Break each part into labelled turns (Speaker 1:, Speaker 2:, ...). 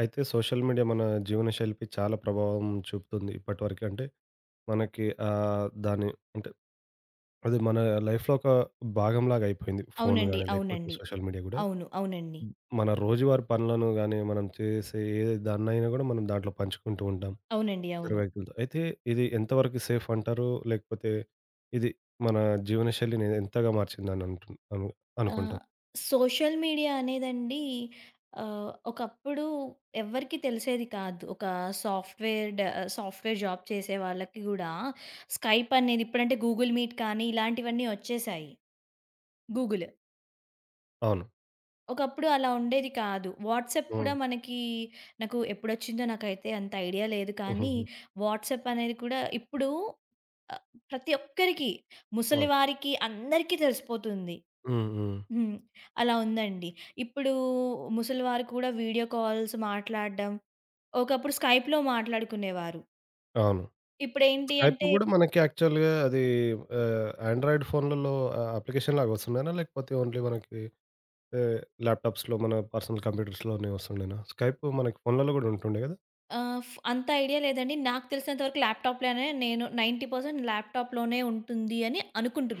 Speaker 1: అయితే social media మన జీవనశైలిపై చాలా ప్రభావం చూపుతుంది ఇప్పటివరకు. అంటే మనకి దాని అంటే అది మన లైఫ్‌లో ఒక భాగంలాగా అయిపోయింది. ఫోను
Speaker 2: అవునండి.
Speaker 1: గాని, లేకపోతే
Speaker 2: అవునండి.
Speaker 1: సోషల్ మీడియా గూడా.
Speaker 2: అవును. అవునండి.
Speaker 1: హ్మ్. మన రోజువారీ పనులను గాని, మనం చేసే ఏ దాన్నైనా గూడా మనం దాంట్లో పంచుకుంటూ ఉంటాం
Speaker 2: అవునండి.
Speaker 1: ఇతర
Speaker 2: అవును.
Speaker 1: వ్యక్తులతో. అయితే ఇది ఎంతవరకు సేఫ్ అంటారు? లేకపోతే ఇది మన జీవనశైలిని ఎంతగా మార్చిందని అంటున్ అను
Speaker 2: ఆహ్,
Speaker 1: అనుకుంటారు?
Speaker 2: సోషల్ మీడియా అనేదండి, ఒకప్పుడు ఎవ్వరికీ తెలిసేది కాదు. ఒక సాఫ్ట్‌వేర్ డ సాఫ్ట్‌వేర్ జాబ్ చేసే వాళ్ళకి గూడా స్కైప్ అనేది, ఇప్పుడంటే గూగుల్ మీట్ కానీ ఇలాంటివన్నీ వచ్చేసాయి. గూగుల్.
Speaker 1: అవును.
Speaker 2: ఒకప్పుడు అలా ఉండేది కాదు. వాట్సాప్ కూడా
Speaker 1: హ్మ్.
Speaker 2: మనకి నాకు ఎప్పుడొచ్చిందో నాకైతే అంత ఐడియా లేదు, కానీ
Speaker 1: హుహుహు.
Speaker 2: వాట్సాప్ అనేది కూడా ఇప్పుడు ఆ, ప్రతి ఒక్కరికి,
Speaker 1: అవును.
Speaker 2: ముసలివారికి అందరికీ తెలిసిపోతుంది.
Speaker 1: హ్మ్. హ్మ్.
Speaker 2: హ్మ్. అలా ఉందండి. ఇప్పుడు ముసలివారు కూడా వీడియో కాల్స్ మాట్లాడడం, ఒకప్పుడు స్కైప్‌లో మాట్లాడుకునేవారు.
Speaker 1: అవును.
Speaker 2: ఇప్పుడేంటి
Speaker 1: స్కైప్
Speaker 2: అంటే
Speaker 1: గూడా మనకి యాక్చువల్‌గా అది ఆండ్రాయిడ్ ఫోన్‌లలో అప్లికేషన్ లాగా వస్తుండేనా? లేకపోతే ఓన్లీ మనకి ఆహ్, ల్యాప్‌టాప్స్‌లో మన పర్సనల్ కంప్యూటర్స్‌లోనే వస్తుండేనా? స్కైప్ మనకి ఫోన్‌లలో గూడా ఉంటుండే గదా!
Speaker 2: ఆహ్, ఫ్ అంత ఐడియా లేదండి. నాకు తెలిసినంత వరకు ల్యాప్‌టాప్‌లోనే, నేను 90% ల్యాప్‌టాప్‌లోనే ఉంటుంది అని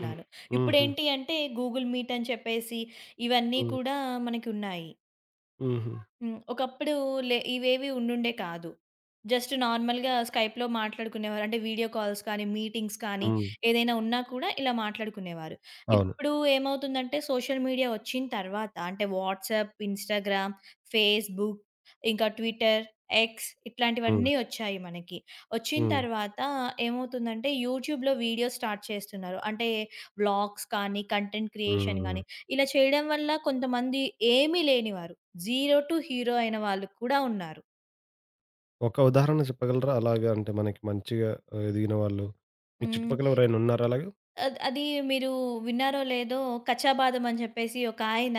Speaker 1: హ్మ్. హుహు.
Speaker 2: ఇప్పుడేంటి అంటే గూగుల్ మీట్ అని చెప్పేసి ఇవన్నీ
Speaker 1: హ్మ్.
Speaker 2: కూడా మనకున్నాయి.
Speaker 1: హుహు.
Speaker 2: హ్మ్. ఒకప్పుడు ఇవేవి ఉండుండే కాదు. జస్ట్ నార్మల్‌గా స్కైప్‌లో మాట్లాడుకునేవారు. అంటే వీడియో కాల్స్ కానీ, మీటింగ్స్ కానీ,
Speaker 1: హ్మ్.
Speaker 2: ఏదైనా ఉన్నా కూడా ఇలా మాట్లాడుకునేవారు.
Speaker 1: అవును.
Speaker 2: ఇప్పుడు ఏమవుతుందంటే, సోషల్ మీడియా వచ్చిన తర్వాత అంటే వాట్సాప్, ఇన్‌స్టాగ్రామ్, ఫేస్‌బుక్, ఇంకా ట్విట్టర్, ఎక్స్
Speaker 1: హ్మ్.
Speaker 2: ఇట్లాంటివన్నీ వచ్చాయి మనకి. వచ్చిన
Speaker 1: హ్మ్.
Speaker 2: తర్వాత ఏమవుతుందంటే యూట్యూబ్‌లో వీడియోస్ స్టార్ట్ చేస్తున్నారు. అంటే వ్లాగ్స్ కానీ, కంటెంట్
Speaker 1: హ్మ్.
Speaker 2: క్రియేషన్ గానీ
Speaker 1: హ్మ్.
Speaker 2: ఇలా చేయడం వల్ల కొంతమంది ఏమీ లేనివారు, జీరో టు హీరో అయిన వాళ్ళు కూడా ఉన్నారు.
Speaker 1: ఒక ఉదాహరణ చెప్పగలరా? అలాగా అంటే మనకి మంచిగా ఎదిగిన వాళ్ళు మీ
Speaker 2: హ్మ్.
Speaker 1: చుట్టుపక్కల ఎవరైనా ఉన్నారా అలాగా?
Speaker 2: అది, మీరు విన్నారో లేదో, 'కచ్చాబాదం' అని చెప్పేసి ఒకాయన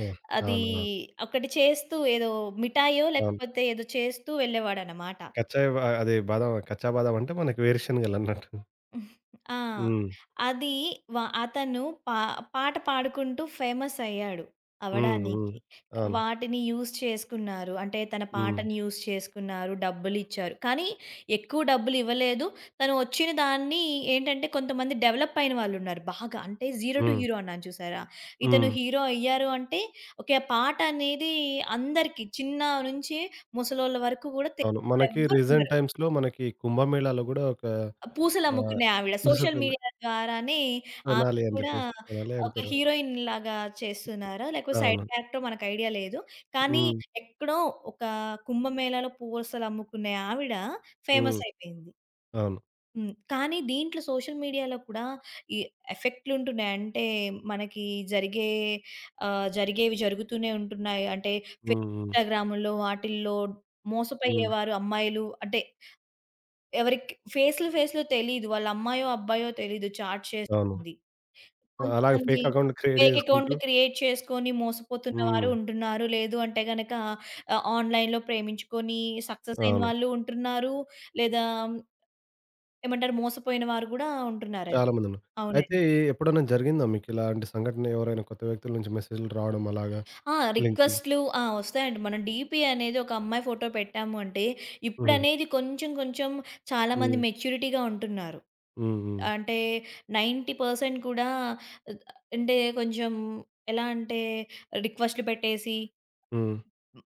Speaker 1: ఆ!
Speaker 2: అది
Speaker 1: అవునవును.
Speaker 2: ఒకటి చేస్తూ, ఏదో మిఠాయో
Speaker 1: అవును.
Speaker 2: లేకపోతే ఏదో చేస్తూ వెళ్ళేవాడనమాట.
Speaker 1: కచ్చాయ్ బా అదే బాదాం కచ్చా బాదాం అంటే మనకి వేరుశనగలన్నట్టు.
Speaker 2: ఆ!
Speaker 1: హ్మ్.
Speaker 2: అది వ అతను పా పాట పాడుకుంటూ ఫేమస్ అయ్యాడు
Speaker 1: హ్మ్. హ్మ్.
Speaker 2: అవ్వడానికి.
Speaker 1: అవును.
Speaker 2: వాటిని యూజ్ చేసుకున్నారు. అంటే తన
Speaker 1: హ్మ్.
Speaker 2: పాటని యూజ్ చేసుకున్నారు. డబ్బులిచ్చారు. కానీ ఎక్కువ డబ్బులివ్వలేదు. తను వచ్చిన దాన్ని, ఏంటంటే కొంతమంది డెవలప్ అయిన వాళ్ళున్నారు బాగా. అంటే జీరో టు
Speaker 1: హ్మ్.
Speaker 2: హీరో అన్నాను చూసారా? ఇతను
Speaker 1: హ్మ్.
Speaker 2: హీరో అయ్యారు అంటే ఓకే. ఆ పాట అనేది అందరికి, చిన్న నుంచి ముసలోళ్ళ వరకు కూడా,
Speaker 1: అవును.
Speaker 2: తెలియని
Speaker 1: మనకి రీసెంట్
Speaker 2: వాళ్ళెవ్వరుండరు.
Speaker 1: టైమ్స్‌లో మనకి కుంభమేళాలో గూడా ఒక ఆహ్,
Speaker 2: పూసలమ్ముకునే ఆవిడ, సోషల్
Speaker 1: ముసుగుంది.
Speaker 2: మీడియా ద్వారానే ఆవిడ
Speaker 1: 'సోనాలి' అని
Speaker 2: కూడా
Speaker 1: జెప్పేసి. 'సోనాలి' ఆమె
Speaker 2: ఒక
Speaker 1: పేరు.
Speaker 2: హీరోయిన్ లాగా చేస్తున్నారా? లేకపోతే సైడ్
Speaker 1: అవును.
Speaker 2: క్యారెక్టరో మనకు ఐడియా లేదు. కానీ
Speaker 1: హ్మ్.
Speaker 2: ఎక్కడో ఒక కుంభమేళాలో పూసలమ్ముకునే ఆవిడ
Speaker 1: హ్మ్.
Speaker 2: ఫేమస్ అయిపోయింది.
Speaker 1: అవును.
Speaker 2: హ్మ్. కానీ దీంట్లో, సోషల్ మీడియాలో కూడా ఈ ఎఫెక్ట్‌లుంటున్నాయి. అంటే మనకి జరిగే, జరిగేవి జరుగుతూనే ఉంటున్నాయి. అంటే
Speaker 1: హ్మ్. హ్మ్.
Speaker 2: ఇన్‌స్టాగ్రాముల్లో వాటిల్లో
Speaker 1: హ్మ్.
Speaker 2: మోసపోయేవారు, అమ్మాయిలు అంటే ఎవరికి ఫేస్‌లు ఫేస్‌లు తెలీదు. వాళ్ళ అమ్మాయో, అబ్బాయో తెలీదు, చాట్
Speaker 1: అవును.
Speaker 2: చేస్తుంది.
Speaker 1: అలాగే
Speaker 2: కొంతమంది
Speaker 1: ఫేక్ అకౌంట్ క్రియేట్
Speaker 2: ఫేక్
Speaker 1: జేసుకుంటూ
Speaker 2: అకౌంట్‌లు క్రియేట్ చేసుకొని మోసపోతున్న వారు
Speaker 1: హ్మ్.
Speaker 2: ఉంటున్నారు. లేదు అంటే గనక ఆన్‌లైన్‌లో ప్రేమించుకొని సక్సెస్ అయిన
Speaker 1: అవును.
Speaker 2: వాళ్ళు ఉంటున్నారు. లేదా ఏమంటారు, మోసపోయిన వారు గూడా ఉంటున్నారండి.
Speaker 1: చాలా మందున్నారు. అయితే
Speaker 2: అవునండి.
Speaker 1: ఎప్పుడన్నా జరిగిందా మీకిలాంటి సంఘటన ఎవరైనా కొత్త వ్యక్తుల నుంచి మెసేజ్‌లు రావడం అలాగా
Speaker 2: ఆ!
Speaker 1: లింక్‌లు?
Speaker 2: రిక్వెస్ట్‌లు ఆ! వస్తాయండి. మనం డీపీ అనేది ఒక అమ్మాయి ఫోటో పెట్టాము అంటే,
Speaker 1: హ్మ్.
Speaker 2: ఇప్పుడనేది కొంచెం కొంచెం చాలామంది
Speaker 1: హ్మ్.
Speaker 2: మెచ్యూరిటీగా ఉంటున్నారు.
Speaker 1: హ్మ్. హ్మ్.
Speaker 2: అంటే 90% కూడా అ, అంటే కొంచెం ఎలా అంటే రిక్వెస్ట్‌లు పెట్టేసి
Speaker 1: హ్మ్.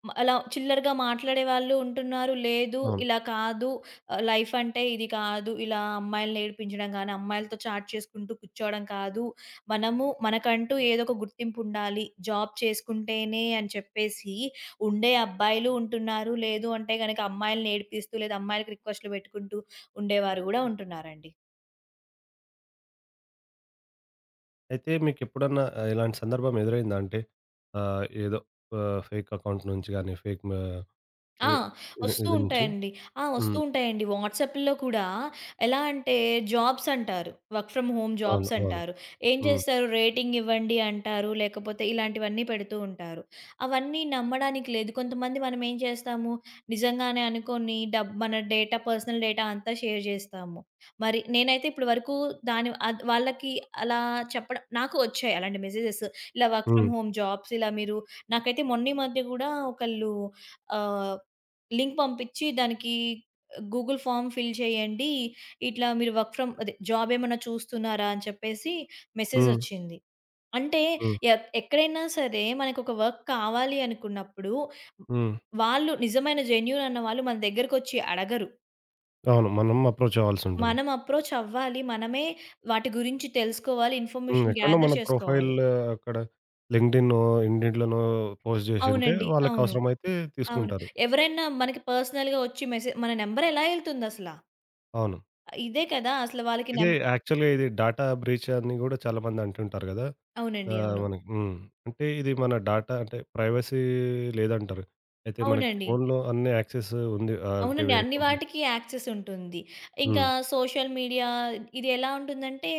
Speaker 2: హ్మ్, అలా చిల్లరగా మాట్లాడే వాళ్ళు ఉంటున్నారు. లేదు
Speaker 1: అవును.
Speaker 2: ఇలా కాదు. లైఫ్ అంటే ఇది కాదు. ఇలా అమ్మాయిల్ని ఏడిపించడం గాని, అమ్మాయిలతో చాట్ చేసుకుంటూ కూర్చోవడం కాదు. మనము మనకంటూ ఏదో ఒక గుర్తింపు ఉండాలి. జాబ్ చేసుకుంటేనే అని చెప్పేసి ఉండే అబ్బాయిలు ఉంటున్నారు. లేదు అంటే గనక అమ్మాయిల్ని ఏడిపిస్తూ లేదా అమ్మాయిలకి రిక్వెస్ట్‌లు పెట్టుకుంటూ ఉండేవారు గూడా ఉంటున్నారండి.
Speaker 1: అయితే మీకెప్పుడన్నా ఇలాంటి సందర్భం ఎదురైందా? అంటే ఆహ్, ఏదో ఫేక్ అకౌంట్ నుంచి గాని, ఫేక్ మ
Speaker 2: ఆ!
Speaker 1: ఇ ఇది
Speaker 2: వస్తూ
Speaker 1: ఇది నుంచి
Speaker 2: ఉంటాయండి. ఆ! వస్తూ
Speaker 1: హ్మ్.
Speaker 2: ఉంటాయండి. వాట్సాప్‌లో కూడా ఎలా అంటే జాబ్స్ అంటారు, వర్క్ ఫ్రమ్ హోమ్
Speaker 1: అవును.
Speaker 2: జాబ్స్
Speaker 1: అవును.
Speaker 2: అంటారు. ఏం
Speaker 1: హ్మ్.
Speaker 2: చేస్తారు రేటింగ్ ఇవ్వండి అంటారు. లేకపోతే ఇలాంటివన్నీ పెడుతూ ఉంటారు. అవన్నీ నమ్మడానికి లేదు. కొంతమంది మనం ఏం చేస్తాము, నిజంగానే అనుకోని మన డేటా, పర్సనల్ డేటా అంతా షేర్ చేస్తాము. మరి నేనైతే ఇప్పటి వరకు దాని వాళ్ళకి అలా చెప్పడం, నాకు వచ్చాయి అలాంటి మెసేజెస్. ఇలా వర్క్ ఫ్రమ్
Speaker 1: హ్మ్.
Speaker 2: హోమ్ జాబ్స్ ఇలా మీరు, నాకైతే మొన్న ఈ మధ్య కూడా ఒకళ్ళు ఆహ్, లింక్ పంపించి దానికి గూగుల్ ఫార్మ్ ఫిల్ చేయండి, ఇట్లా మీరు వర్క్ ఫ్రమ్ అదే జాబ్ ఏమన్నా చూస్తున్నారా అని చెప్పేసి
Speaker 1: హ్మ్.
Speaker 2: మెసేజొచ్చింది. అంటే
Speaker 1: హ్మ్.
Speaker 2: ఎక్కడైనా సరే మనకొక వర్క్ కావాలి అనుకున్నప్పుడు,
Speaker 1: హ్మ్.
Speaker 2: వాళ్ళు నిజమైన జెన్యూన్ అన్న వాళ్ళు మన దగ్గరకొచ్చి అడగరు.
Speaker 1: అవును. మనం అప్రోచ్ అవ్వాల్సుంటుంది.
Speaker 2: మనం అప్రోచ్ అవ్వాలి. మనమే వాటి గురించి తెలుసుకోవాలి,
Speaker 1: హ్మ్.
Speaker 2: ఇన్ఫర్మేషన్
Speaker 1: ఎక్కడనో
Speaker 2: గ్యాదర్
Speaker 1: మన ప్రొఫైల్
Speaker 2: చేసుకోవాలి.
Speaker 1: అక్కడ లింక్డ్ఇన్నో, ఇన్‌డీడ్‌లోనో పోస్ట్ జేసుంటే
Speaker 2: అవునండి. అవును.
Speaker 1: వాళ్ళకవసరమైతే
Speaker 2: అవును.
Speaker 1: తీసుకుంటారు.
Speaker 2: ఎవరైనా మనకి పర్సనల్‌గా వచ్చి మన నంబర్ ఎలా ఎళ్తుందసల?
Speaker 1: అవును.
Speaker 2: ఇదే కదా! అసలు వాళ్ళకి నం
Speaker 1: ఇదే యాక్చువల్‌గా ఇది డాటా బ్రీచ్ అని గూడా చాలా మంది అంటుంటారు గదా! ఆ!
Speaker 2: అవునండి. అవును.
Speaker 1: మనకి హ్మ్. అంటే ఇది మన డాటా అంటే ప్రైవసీ లేదంటారు. అయితే మనకి
Speaker 2: అవునండి.
Speaker 1: ఫోన్‌లో అన్ని యాక్సెస్ ఉంది. అంటే
Speaker 2: అవునండి.
Speaker 1: వేరే
Speaker 2: అన్ని
Speaker 1: కంపెనీ
Speaker 2: వాటికి యాక్సెస్ ఉంటుంది. ఇంకా
Speaker 1: హ్మ్.
Speaker 2: సోషల్ మీడియా, ఇది ఎలా ఉంటుందంటే,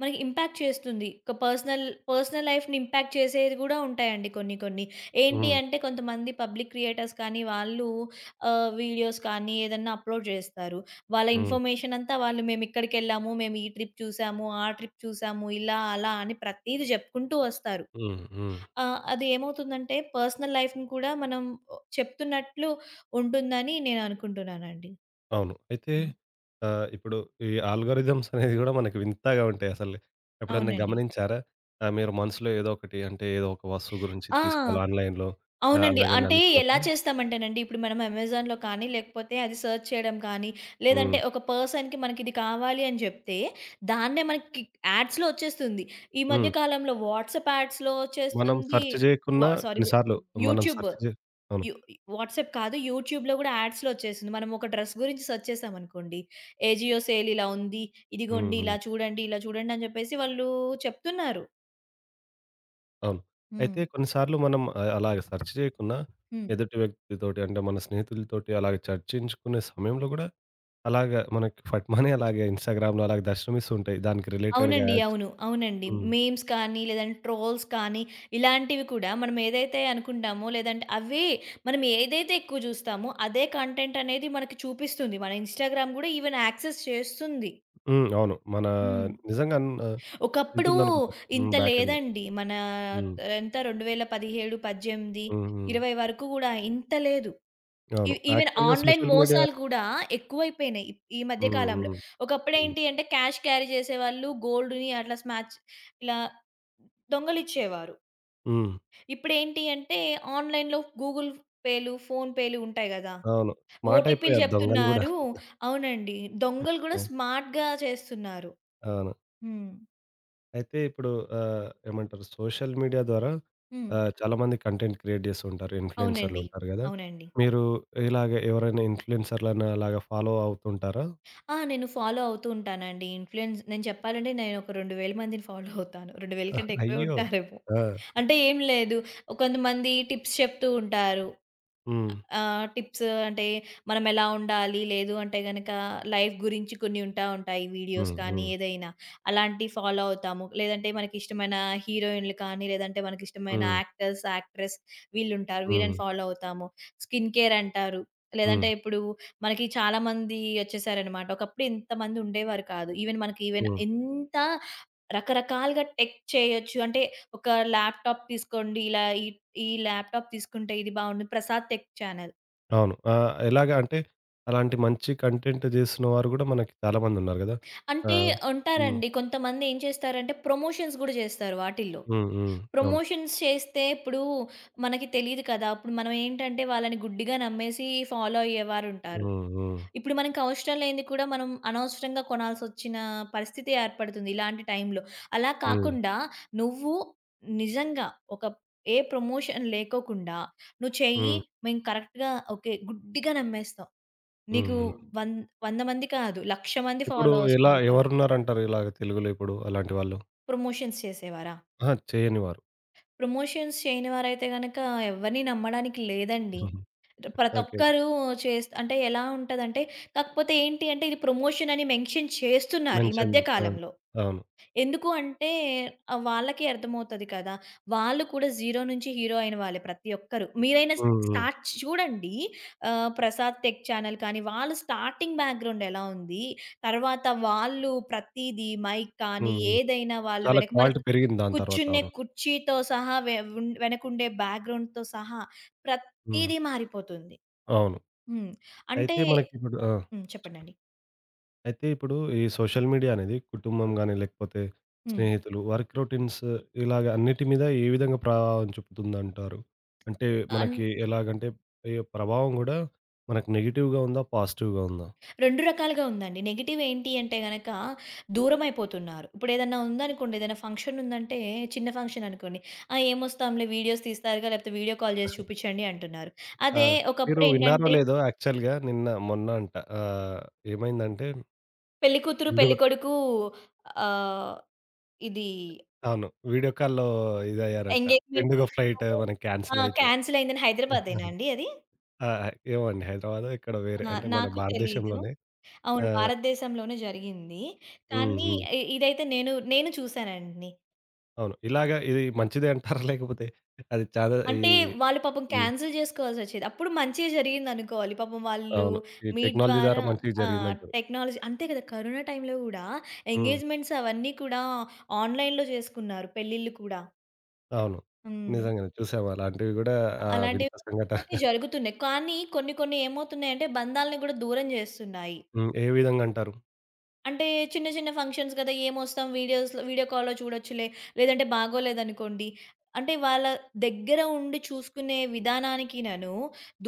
Speaker 2: మనకి ఇంపాక్ట్ చేస్తుంది. ఒక పర్సనల్, పర్సనల్ లైఫ్‌ని ఇంపాక్ట్ చేసేది గూడా ఉంటాయండి కొన్ని కొన్ని. ఏంటి
Speaker 1: హ్మ్.
Speaker 2: అంటే కొంతమంది పబ్లిక్ క్రియేటర్స్ కానీ వాళ్ళు వీడియోస్ కానీ ఏదన్నా అప్‌లోడ్ చేస్తారు. వాళ్ళ
Speaker 1: హ్మ్.
Speaker 2: ఇన్ఫర్మేషన్ అంతా, వాళ్ళు మేమిక్కడికెళ్ళాము, మేము ఈ ట్రిప్ చూసాము, ఆ ట్రిప్ చూసాము, ఇలా అలా అని ప్రతీది జెప్పుకుంటూ వస్తారు.
Speaker 1: హ్మ్. హ్మ్.
Speaker 2: ఆ! అది ఏమవుతుందంటే పర్సనల్ లైఫ్‌ని కూడా మనం చెప్తున్నట్లు ఉంటుందని నేననుకుంటున్నానండి.
Speaker 1: అవును. అయితే
Speaker 2: హ్మ్.
Speaker 1: ఇప్పుడు ఈ ఆల్గోరిథమ్స్ అనేది గూడా మనకి వింతగా ఉంటాయి అసలు. ఎప్పుడన్నా
Speaker 2: అవునండి.
Speaker 1: గమనించారా? మీరు మనసులో ఏదో ఒకటి అంటే ఏదో ఒక వస్తువు గురించి
Speaker 2: ఆ!
Speaker 1: తీసుకోవాలి ఆన్‌లైన్‌లో
Speaker 2: అవునండి.
Speaker 1: అలాగని
Speaker 2: అంటే ఎలా
Speaker 1: అనుకున్నప్పుడు
Speaker 2: చేస్తామంటేనండి, ఇప్పుడు మనం అమెజాన్‌లో కానీ, లేకపోతే అది సెర్చ్ చేయడం కానీ, లేదంటే
Speaker 1: హ్మ్.
Speaker 2: ఒక పర్సన్‌కి మనకిది కావాలి అని చెప్తే, దాన్నే మనకి యాడ్స్‌లో ఒచ్చేస్తుంది. ఈ మధ్య
Speaker 1: హ్మ్.
Speaker 2: కాలంలో వాట్సాప్ యాడ్స్‌లో
Speaker 1: మనం
Speaker 2: ఒచ్చేస్తుంది.
Speaker 1: సెర్చ్
Speaker 2: వ
Speaker 1: జేయకున్నా
Speaker 2: సారీ
Speaker 1: కొన్ని
Speaker 2: వ్
Speaker 1: సార్లు మనం
Speaker 2: యూట్యూబ్.
Speaker 1: సెర్చ్ జే అవును.
Speaker 2: యు వాట్సాప్ కాదు, యూట్యూబ్‌లో గూడా యాడ్స్‌లో వచ్చేసింది. మనం ఒక డ్రెస్ గురించి సెర్చ్ చేసామనుకోండి, ఏజియో సేల్ ఇలా ఉంది,
Speaker 1: హ్మ్.
Speaker 2: ఇదిగోండి ఇలా
Speaker 1: హ్మ్.
Speaker 2: చూడండి, ఇలా చూడండి అని చెప్పేసి వాళ్ళు చెప్తున్నారు.
Speaker 1: అవును.
Speaker 2: హ్మ్.
Speaker 1: అయితే కొన్నిసార్లు మనం అలాగ సెర్చ్ చేయకున్నా
Speaker 2: హ్మ్.
Speaker 1: ఎదుటి వ్యక్తితోటి అంటే మన స్నేహితులతోటి అలాగ చర్చించుకునే సమయంలో గూడా అలాగా మనకి ఫట్‌మని అలాగే ఇన్‌స్టాగ్రామ్‌లో అలాగే దర్శనమిస్తూ ఉంటాయి. దానికి రిలేటెడ్‌గా
Speaker 2: అవునండి.
Speaker 1: యాడ్స్.
Speaker 2: అవును. అవునండి.
Speaker 1: హ్మ్.
Speaker 2: మీమ్స్ కానీ, లేదంటే ట్రోల్స్ కానీ, ఇలాంటివి కూడా మనం ఏదైతే అనుకుంటామో, లేదంటే అవే, మనం ఏదైతే ఎక్కువ చూస్తామో, అదే కంటెంట్ అనేది మనకి చూపిస్తుంది. మన ఇన్‌స్టాగ్రామ్ గూడా ఈవెన్ యాక్సెస్ చేస్తుంది.
Speaker 1: హ్మ్. అవును. మన
Speaker 2: హ్మ్.
Speaker 1: నిజంగా
Speaker 2: ఒకప్పుడు
Speaker 1: ఉంటుందనుకుంటాను. హ్మ్.
Speaker 2: ఇంత
Speaker 1: బ్యాక్ ఎండ్‌లో.
Speaker 2: లేదండి. మన
Speaker 1: హ్మ్.
Speaker 2: ఎంత, 2017, 18,
Speaker 1: హ్మ్. హ్మ్.
Speaker 2: 20 వరకు గూడా ఇంత లేదు. ఈ
Speaker 1: అవును.
Speaker 2: ఈవెన్
Speaker 1: యాక్చువల్‌గా
Speaker 2: ఆన్‌లైన్
Speaker 1: సోషల్ మీడియా
Speaker 2: మోసాలు కూడా ఎక్కువైపోయినాయి ఈ మధ్య
Speaker 1: హ్మ్.
Speaker 2: కాలంలో.
Speaker 1: హ్మ్. హ్మ్.
Speaker 2: ఒకప్పుడేంటి అంటే క్యాష్ క్యారీ చేసేవాళ్ళు గోల్డ్‌ని అట్లా స్మాచ్ ఇలా దొంగలిచ్చేవారు.
Speaker 1: హ్మ్.
Speaker 2: ఇప్పుడేంటి అంటే ఆన్‌లైన్‌లో గూగుల్ పేలు, ఫోన్ పేలు ఉంటాయి గదా!
Speaker 1: అవును.
Speaker 2: ఓటీపీలు
Speaker 1: మాటైపోయారు దొంగలు గూడా.
Speaker 2: చెప్తున్నారు. అవునండి. దొంగలు గూడా
Speaker 1: ఆ!
Speaker 2: స్మార్ట్‌గా చేస్తున్నారు.
Speaker 1: అవును.
Speaker 2: హ్మ్.
Speaker 1: అయితే ఇప్పుడు ఏమంటారు సోషల్ మీడియా ద్వారా
Speaker 2: హ్మ్.
Speaker 1: చాలామంది కంటెంట్ క్రియేట్ చేస్తూ ఉంటారు. ఇన్‌ఫ్లుయెన్సర్‌లు
Speaker 2: అవునండి.
Speaker 1: ఉంటారు గదా!
Speaker 2: అవునండి.
Speaker 1: మీరు ఇలాగ ఎవరైనా ఇన్‌ఫ్లుయెన్సర్‌లను అలాగ ఫాలో అవుతుంటారా?
Speaker 2: ఆ! నేను ఫాలో అవుతూ ఉంటానండి. ఇన్‌ఫ్లుయెన్స్ నేను చెప్పాలంటే, నేను ఒక 2000 మందిని ఫాలో అవుతాను. 2000 కంటే ఎక్కువే
Speaker 1: అయ్యో!
Speaker 2: ఉంటారేమో.
Speaker 1: ఆ!
Speaker 2: అంటే ఏం లేదు, కొంతమంది టిప్స్ చెప్తూ ఉంటారు.
Speaker 1: హ్మ్.
Speaker 2: టిప్స్ అంటే మనం ఎలా ఉండాలి, లేదు అంటే గనక లైఫ్ గురించి కొన్ని ఉంటాయి వీడియోస్
Speaker 1: హ్మ్.
Speaker 2: కానీ
Speaker 1: హ్మ్.
Speaker 2: ఏదైనా. అలాంటివి ఫాలో అవుతాము. లేదంటే మనకిష్టమైన హీరోయిన్‌లు కానీ, లేదంటే మనకిష్టమైన
Speaker 1: హ్మ్.
Speaker 2: యాక్టర్స్, యాక్ట్రెస్, వీళ్ళుంటారు.
Speaker 1: హ్మ్.
Speaker 2: వీళ్ళని ఫాలో అవుతాము. స్కిన్ కేర్ అంటారు. లేదంటే
Speaker 1: హ్మ్.
Speaker 2: ఇప్పుడు మనకి చాలా మంది వచ్చేసారనమాట. ఒకప్పుడు ఇంతమంది ఉండేవారు కాదు. ఈవెన్ మనకి ఈవెన్
Speaker 1: హ్మ్.
Speaker 2: ఎంత రకరకాలుగా టెక్ చేయొచ్చు అంటే, ఒక ల్యాప్‌టాప్ తీసుకోండి, ఇలా ఈ ఈ ల్యాప్‌టాప్ తీసుకుంటే ఇది బావుండు, 'ప్రసాద్ టెక్ ఛానెల్'
Speaker 1: అవును. ఎలాగ అంటే అలాంటి మంచి కంటెంట్ చేస్తున్న వారు గూడా మనకి చాలామందున్నారు గదా! ఆ!
Speaker 2: అంటే
Speaker 1: హ్మ్.
Speaker 2: ఉంటారండి. కొంతమంది ఏం చేస్తారంటే ప్రమోషన్స్ గూడా చేస్తారు వాటిల్లో.
Speaker 1: హ్మ్. హ్మ్. అవును.
Speaker 2: ప్రమోషన్స్ చేస్తే ఇప్పుడు మనకి తెలీదు కదా! అప్పుడు మనం ఏంటంటే వాళ్ళని గుడ్డిగా నమ్మేసి ఫాలో అయ్యేవారుంటారు.
Speaker 1: హ్మ్. హ్మ్.
Speaker 2: ఇప్పుడు మనకవసరం లేనిది కూడా మనం అనవసరంగా కొనాల్సొచ్చిన పరిస్థితి ఏర్పడుతుంది ఇలాంటి టైంలో. అలా
Speaker 1: హ్మ్.
Speaker 2: కాకుండా, నువ్వు నిజంగా ఒక ఏ ప్రమోషన్ లేకోకుండా నువ్వు చెయ్యి,
Speaker 1: హ్మ్.
Speaker 2: మేము కరెక్ట్‌గా ఓకే, గుడ్డిగా నమ్మేస్తాం.
Speaker 1: హ్మ్.
Speaker 2: నీకు
Speaker 1: హ్మ్.
Speaker 2: వం 100 మంది కాదు, 1,00,000 మంది
Speaker 1: ఇప్పుడు
Speaker 2: ఫాలోవర్స్
Speaker 1: ఎలా
Speaker 2: పెరుగుతారు.
Speaker 1: ఎవరున్నారంటారు ఇలాగ తెలుగులో ఇప్పుడు అలాంటి వాళ్ళు?
Speaker 2: ప్రమోషన్స్ చేసేవారా?
Speaker 1: అహా! చేయనివారు.
Speaker 2: ప్రమోషన్స్ చేయని వారైతే గనక ఎవరిని నమ్మడానికి లేదండి. ప్రతి
Speaker 1: ఓకే.
Speaker 2: ఒక్కరు అంటే ఎలా ఉంటదంటే, కాకపోతే ఏంటి అంటే ఇది ప్రమోషన్ అని మెన్షన్ చేస్తున్నారు ఈ
Speaker 1: మెన్షన్
Speaker 2: మధ్య
Speaker 1: ఆ!
Speaker 2: కాలంలో.
Speaker 1: అవును.
Speaker 2: ఎందుకు అంటే వాళ్ళకి అర్థమవుతది కదా! వాళ్ళు కూడా 0 నుంచి హీరో అయిన వాళ్ళే ప్రతి ఒక్కరు. మీరైనా
Speaker 1: హ్మ్. హ్మ్.
Speaker 2: స్టార్ట్ చూడండి, 'ప్రసాద్ టెక్ ఛానల్' కానీ, వాళ్ళు స్టార్టింగ్ బ్యాక్‌గ్రౌండ్ ఎలా ఉంది? తర్వాత వాళ్ళు ప్రతీది, మైక్ కానీ
Speaker 1: హ్మ్. హ్మ్.
Speaker 2: ఏదైనా వాళ్ళు
Speaker 1: చాలా
Speaker 2: వెనకమాల
Speaker 1: క్వాలిటీ పెరిగింది దాని తర్వాత.
Speaker 2: కూర్చునే
Speaker 1: అవును.
Speaker 2: కుర్చీతో సహా, వె ఉన్ వెనకుండే బ్యాక్‌గ్రౌండ్‌తో సహా
Speaker 1: హ్మ్.
Speaker 2: ప్రతీదీ మారిపోతుంది.
Speaker 1: అవును.
Speaker 2: హ్మ్. అంటే
Speaker 1: అయితే మనకిప్పుడు ఆ!
Speaker 2: హ్మ్.
Speaker 1: చెప్పండి.
Speaker 2: చెప్పండండి.
Speaker 1: అయితే ఇప్పుడు ఈ సోషల్ మీడియా అనేది కుటుంబం గాని, లేకపోతే
Speaker 2: హ్మ్.
Speaker 1: స్నేహితులు, వర్క్ రొటీన్స్ ఇలాగ అన్నిటి మీద ఏ విధంగా ప్రభావం చూపుతుందంటారు? అంటే
Speaker 2: అన్
Speaker 1: మనకి ఎలాగంటే ఈ ప్రభావం గూడా మనకు నెగెటివ్‌గా ఉందా? పాజిటివ్‌గా ఉందా?
Speaker 2: 2 రకాలుగా ఉందండి. నెగెటివ్ ఏంటి అంటే గనక దూరమైపోతున్నారు. ఇప్పుడేదన్నా ఉందనుకోండి, ఏదైనా ఫంక్షన్ ఉందంటే, చిన్న ఫంక్షన్ అనుకోండి, "ఆ! ఏమొస్తాంలే వీడియోస్ తీస్తారుగా, లేకపోతే వీడియో కాల్ చేసి చూపించండి" అంటున్నారు.
Speaker 1: ఆ!
Speaker 2: అదే
Speaker 1: మీరు విన్నారో
Speaker 2: ఒకప్పుడేంటంటే
Speaker 1: లేదో యాక్చువల్‌గా నిన్న మొన్న అంట ఆహ్, ఏమైందంటే
Speaker 2: పెళ్ళికూతురు,
Speaker 1: ఎండు
Speaker 2: పెళ్ళికొడుకు ఆహ్, ఇది
Speaker 1: అవును. వీడియో కాల్‌లో ఇదయ్యారంట.
Speaker 2: ఎంగేజ్‌మెంట్
Speaker 1: ఇండిగో ఫ్లైట్
Speaker 2: లేకపోతే
Speaker 1: మనకి
Speaker 2: ఆ!
Speaker 1: క్యాన్సెల్ అయితే.
Speaker 2: కాన్సెల్ అయిందని, హైదరాబాదేనా అండి అది?
Speaker 1: ఆ! ఏమో అండి హైదరాబాదో ఎక్కడో వేరే
Speaker 2: ఆ!
Speaker 1: అంటే మన
Speaker 2: నాకు తెలీదు.
Speaker 1: భారతదేశంలోనే.
Speaker 2: అవును,
Speaker 1: ఆ!
Speaker 2: భారతదేశంలోనే జరిగింది.
Speaker 1: హ్మ్.
Speaker 2: కానీ
Speaker 1: హ్మ్.
Speaker 2: ఇదైతే నేను చూసానండి.
Speaker 1: అవును. ఇలాగ ఇది మంచిదే అంటారా? లేకపోతే అది చాలా ఈ
Speaker 2: అంటే వాళ్ళు పాపం
Speaker 1: హ్మ్.
Speaker 2: కాన్సెల్ జేసుకోవాల్సొచ్చేది. అప్పుడు మంచే జరిగిందనుకోవాలి. పాపం వాళ్ళు
Speaker 1: అవును. ఈ
Speaker 2: మీట్
Speaker 1: టెక్నాలజీ
Speaker 2: ద్వారా,
Speaker 1: ద్వారా మంచి
Speaker 2: ఆ!
Speaker 1: జరిగిందంటారు.
Speaker 2: టెక్నాలజీ అంతే కదా! కరోనా టైమ్‌లో గూడా
Speaker 1: హ్మ్.
Speaker 2: ఎంగేజ్‌మెంట్స్ అవన్నీ కూడా ఆన్‌లైన్‌లో చేసుకున్నారు, పెళ్ళిళ్ళు కూడా.
Speaker 1: అవును.
Speaker 2: హ్మ్.
Speaker 1: నిజంగానే చూసాము అలాంటివి గూడా
Speaker 2: అలాంటివి
Speaker 1: వింత
Speaker 2: కొత్త
Speaker 1: సంఘటన.
Speaker 2: కొత్తవి జరుగుతున్నాయి. కానీ కొన్ని కొన్ని ఏమవుతున్నాయంటే బంధాలను గూడా దూరం జేస్తున్నాయి.
Speaker 1: హ్మ్. ఏ విధంగా అంటారు?
Speaker 2: అంటే చిన్న చిన్న ఫంక్షన్స్ కదా! ఏమొస్తాం వీడియోస్‌లో వీడియో కాల్‌లో చూడొచ్చులే, లేదంటే బాగోలేదనుకోండి. అంటే వాళ్ళ దగ్గర ఉండి చూసుకునే విధానానికినను,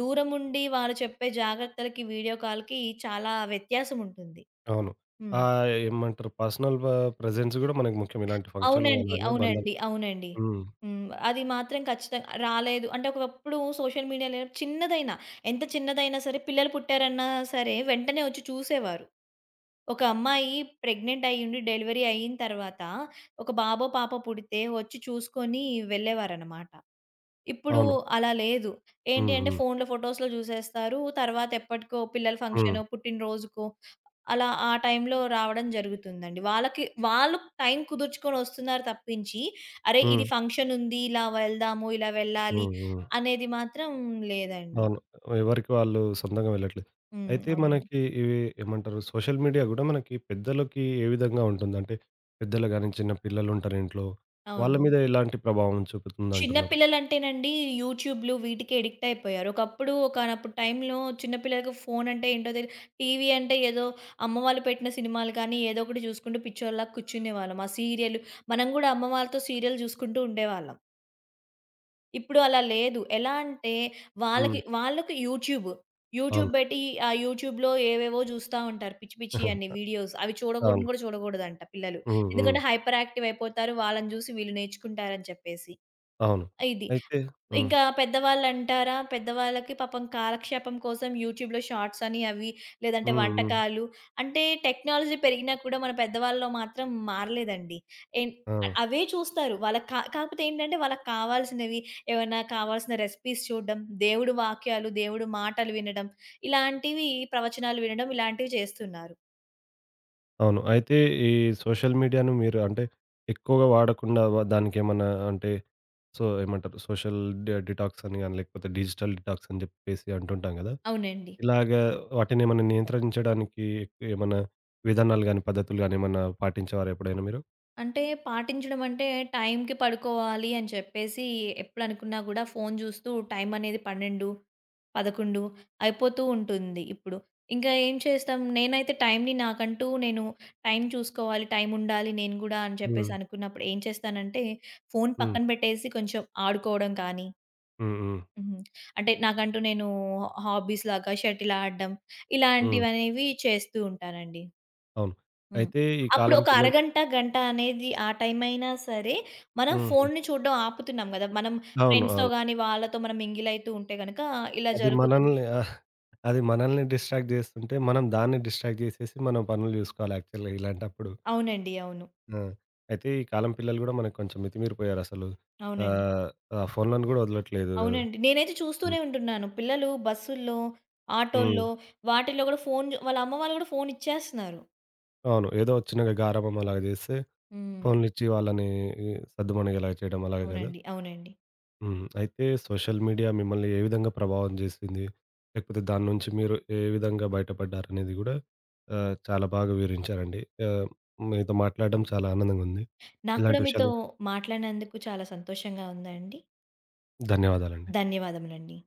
Speaker 2: దూరముండి వాళ్ళు చెప్పే జాగ్రత్తలకి, వీడియో కాల్‌కి చాలా వ్యత్యాసం ఉంటుంది.
Speaker 1: అవును.
Speaker 2: హ్మ్.
Speaker 1: ఏమంటారు పర్సనల్ ప ప్రెజెన్స్ గూడా మనకి ముఖ్యం. ఇలాంటి ఫంక్షన్‌లో
Speaker 2: అవునండి.
Speaker 1: అలాగా బంధాలు
Speaker 2: అవునండి. అవునండి.
Speaker 1: హ్మ్.
Speaker 2: హ్మ్. అది మాత్రం ఖచ్చితంగా రాలేదు. అంటే ఒకప్పుడు సోషల్ మీడియాలో చిన్నదైనా, ఎంత చిన్నదైనా సరే, పిల్లలు పుట్టారన్నా సరే వెంటనే వచ్చి చూసేవారు. ఒక అమ్మాయి ప్రెగ్నెంట్ అయ్యుండి డెలివరీ అయిన తర్వాత ఒక బాబో, పాపో పుడితే వచ్చి చూసుకొని వెళ్ళేవారనమాట. ఇప్పుడు
Speaker 1: అవును.
Speaker 2: అలా లేదు. ఏంటి
Speaker 1: హ్మ్.
Speaker 2: అంటే
Speaker 1: హ్మ్.
Speaker 2: ఫోనులో, ఫోటోస్‌లో జూసేస్తారు. తర్వాత ఎప్పటికో పిల్లల
Speaker 1: హ్మ్.
Speaker 2: ఫంక్షనో, పుట్టినరోజుకో, అలా ఆ టైంలో రావడం జరుగుతుందండి. వాళ్ళకి వాళ్ళు టైం కుదుర్చుకొని వస్తున్నారు తప్పించి, అరే!
Speaker 1: హ్మ్.
Speaker 2: ఇది ఫంక్షన్ ఉంది, ఇలా వెళ్దాము, ఇలా వెళ్ళాలి
Speaker 1: హ్మ్. హ్మ్.
Speaker 2: అనేది మాత్రం లేదండి.
Speaker 1: అవును. ఎవరికి వాళ్ళు సొంతంగా వెళ్ళట్లేదు.
Speaker 2: హ్మ్.
Speaker 1: అయితే
Speaker 2: అవునండి.
Speaker 1: మనకి ఇవి ఏమంటారు సోషల్ మీడియా గూడా మనకి పెద్దలకి ఏ విధంగా ఉంటుంది? అంటే పెద్దలు గాని, చిన్న పిల్లలుంటారు ఇంట్లో. వాళ్ళ
Speaker 2: అవును.
Speaker 1: మీద ఎలాంటి ప్రభావం
Speaker 2: చిన్న
Speaker 1: చూపుతుందంటున్నారు?
Speaker 2: పిల్లలంటేనండి యూట్యూబ్‌లు వీటికే అడిక్ట్ అయిపోయారు. ఒకప్పుడు ఒకానప్పుడు టైంలో చిన్న పిల్లలకి ఫోన్ అంటే ఏంటో టీవీ అంటే ఏదో, అమ్మ వాళ్ళు పెట్టిన సినిమాలు కానీ, ఏదో ఒకటి చూసుకుంటూ పిచ్చోళ్ళలా కూర్చునేవాళ్ళం. ఆ సీరియల్, మనం కూడా అమ్మ వాళ్ళతో సీరియల్ చూసుకుంటూ ఉండేవాళ్ళం. ఇప్పుడు అలా లేదు. ఎలా అంటే వాళ్ళకి
Speaker 1: హ్మ్.
Speaker 2: వాళ్ళకి యూట్యూబ్. యూట్యూబ్
Speaker 1: అవును.
Speaker 2: పెట్టి, ఆ యూట్యూబ్‌లో ఏవేవో చూస్తా ఉంటారు. పిచ్చి పిచ్చియి అన్ని వీడియోస్. అవి
Speaker 1: అవును.
Speaker 2: చూడకూడనివి కూడా చూడకూడదంట పిల్లలు.
Speaker 1: హ్మ్. హ్మ్.
Speaker 2: ఎందుకంటే హైపర్ యాక్టివ్ అయిపోతారు, వాళ్ళని చూసి వీళ్ళు నేర్చుకుంటారని చెప్పేసి.
Speaker 1: అవును.
Speaker 2: ఇది.
Speaker 1: అయితే హ్మ్.
Speaker 2: ఇంకా పెద్దవాళ్ళంటారా? పెద్దవాళ్ళకి పాపం కాలక్షేపం కోసం యూట్యూబ్‌లో షార్ట్స్ అని, అవి లేదంటే
Speaker 1: హ్మ్. హ్మ్.
Speaker 2: వంటకాలు, అంటే టెక్నాలజీ పెరిగినా కూడా మన పెద్దవాళ్ళలో మాత్రం మారలేదండి. ఎన్
Speaker 1: ఆ!
Speaker 2: అవే చూస్తారు. వాళ్ళకి కాకపోతే ఏంటంటే వాళ్ళకి కావాల్సినవి, ఏవన్నా కావాల్సిన రెసిపీస్ చూడడం, దేవుడి వాక్యాలు, దేవుడి మాటలు వినడం, ఇలాంటివి, ప్రవచనాలు వినడం, ఇలాంటివి చేస్తున్నారు.
Speaker 1: అవును. అయితే ఈ సోషల్ మీడియాను మీరు అంటే ఎక్కువగా వాడకుండా దానికేమన్నా అంటే సో ఏమంటారు సోషల్ డిటాక్స్ అని గాని, లేకపోతే డిజిటల్ డిటాక్స్ అని జెప్పేసి అంటుంటాం గదా!
Speaker 2: అవునండి.
Speaker 1: ఇలాగా వాటినేమన్నా నియంత్రించడానికి ఏమన్నా విధానాలు గాని, పద్ధతులు గాని ఏమన్నా పాటించేవారా ఎప్పుడైనా మీరు?
Speaker 2: అంటే పాటించడం అంటే టైంకి పడుకోవాలి అని చెప్పేసి ఎప్పుడనుకున్నా గూడా ఫోను జూస్తూ టైం అనేది 12, 11 అయిపోతూ ఉంటుంది ఇప్పుడు. ఇంకా ఏం చేస్తాం, నేనైతే టైంని నాకంటూ నేను టైం చూసుకోవాలి, టైముండాలి నేను గూడా అని చెప్పేసి
Speaker 1: హ్మ్.
Speaker 2: అనుకున్నప్పుడు ఏం చేస్తానంటే ఫోను
Speaker 1: హ్మ్.
Speaker 2: పక్కన పెట్టేసి కొంచెం ఆడుకోవడం కానీ
Speaker 1: హ్మ్. హ్మ్.
Speaker 2: హ్మ్, అంటే నాకంటూ నేను హాబీస్‌లాగా షటిల్ ఆడడం
Speaker 1: హ్మ్.
Speaker 2: ఇలాంటివనేవి చేస్తూ ఉంటానండి.
Speaker 1: అవును.
Speaker 2: హ్మ్.
Speaker 1: అయితే ఈ
Speaker 2: అప్పుడు
Speaker 1: కాలం
Speaker 2: ఒక
Speaker 1: పిల్లలు
Speaker 2: అరగంట, గంట అనేది ఆ టైమైనా సరే, మనం
Speaker 1: హ్మ్.
Speaker 2: ఫోన్‌ని చూడడం ఆపుతున్నాం గదా! మనం
Speaker 1: అవును.
Speaker 2: ఫ్రెండ్స్‌తో
Speaker 1: అవును.
Speaker 2: గాని, వాళ్ళతో మనం మింగిలయితూ ఉంటే గనక ఇలా
Speaker 1: అది
Speaker 2: జరుగుతుంది.
Speaker 1: మనల్ని ఆ, అది మనల్ని డిస్ట్రాక్ట్ జేస్తుంటే, మనం దాన్ని డిస్ట్రాక్ట్ జేసేసి మన పనులు జూసుకోవాలి యాక్చువల్‌గా ఇలాంటప్పుడు.
Speaker 2: అవునండి. అవును.
Speaker 1: ఆ! అయితే ఈ కాలం పిల్లలు గూడా మనకు కొంచెం మితిమీరిపోయారసలు.
Speaker 2: అవునండి.
Speaker 1: ఆహ్, ఆ ఫోన్‌లను గూడా వదలట్లేదు గదా!
Speaker 2: అవునండి. నేనైతే చూస్తూనే
Speaker 1: హ్మ్.
Speaker 2: ఉంటున్నాను. పిల్లలు బస్సుల్లో,
Speaker 1: హ్మ్.
Speaker 2: ఆటోల్లో, వాటిల్లో గూడా ఫోన్ వాళ్ళ అమ్మ వాళ్ళు గూడా ఫోన్ ఇచ్చేస్తున్నారు.
Speaker 1: అవును. ఏదో చిన్నగా గారాబం అలాగా జేస్తారు.
Speaker 2: హ్మ్.
Speaker 1: ఫోన్లిచ్చి వాళ్ళని ఈ సద్దుమణిగేలా చేయడం అలాగే గదా!
Speaker 2: అవునండి. అవునండి.
Speaker 1: హ్మ్. అయితే సోషల్ మీడియా మిమ్మల్ని ఏ విధంగా ప్రభావం జేసింది? లేకపోతే దాని నుంచి మీరు ఏ విధంగా బయటపడ్డారనేది గూడా చాలా బాగా వివరించారండి. ఆహ్, మీతో మాట్లాడడం చాలా ఆనందంగుంది.
Speaker 2: నాకు కూడా
Speaker 1: ఇలాంటి
Speaker 2: మీతో
Speaker 1: విషయాలు
Speaker 2: మాట్లాడినందుకు చాలా సంతోషంగా ఉందండి.
Speaker 1: ధన్యవాదాలండి.
Speaker 2: ధన్యవాదములండి.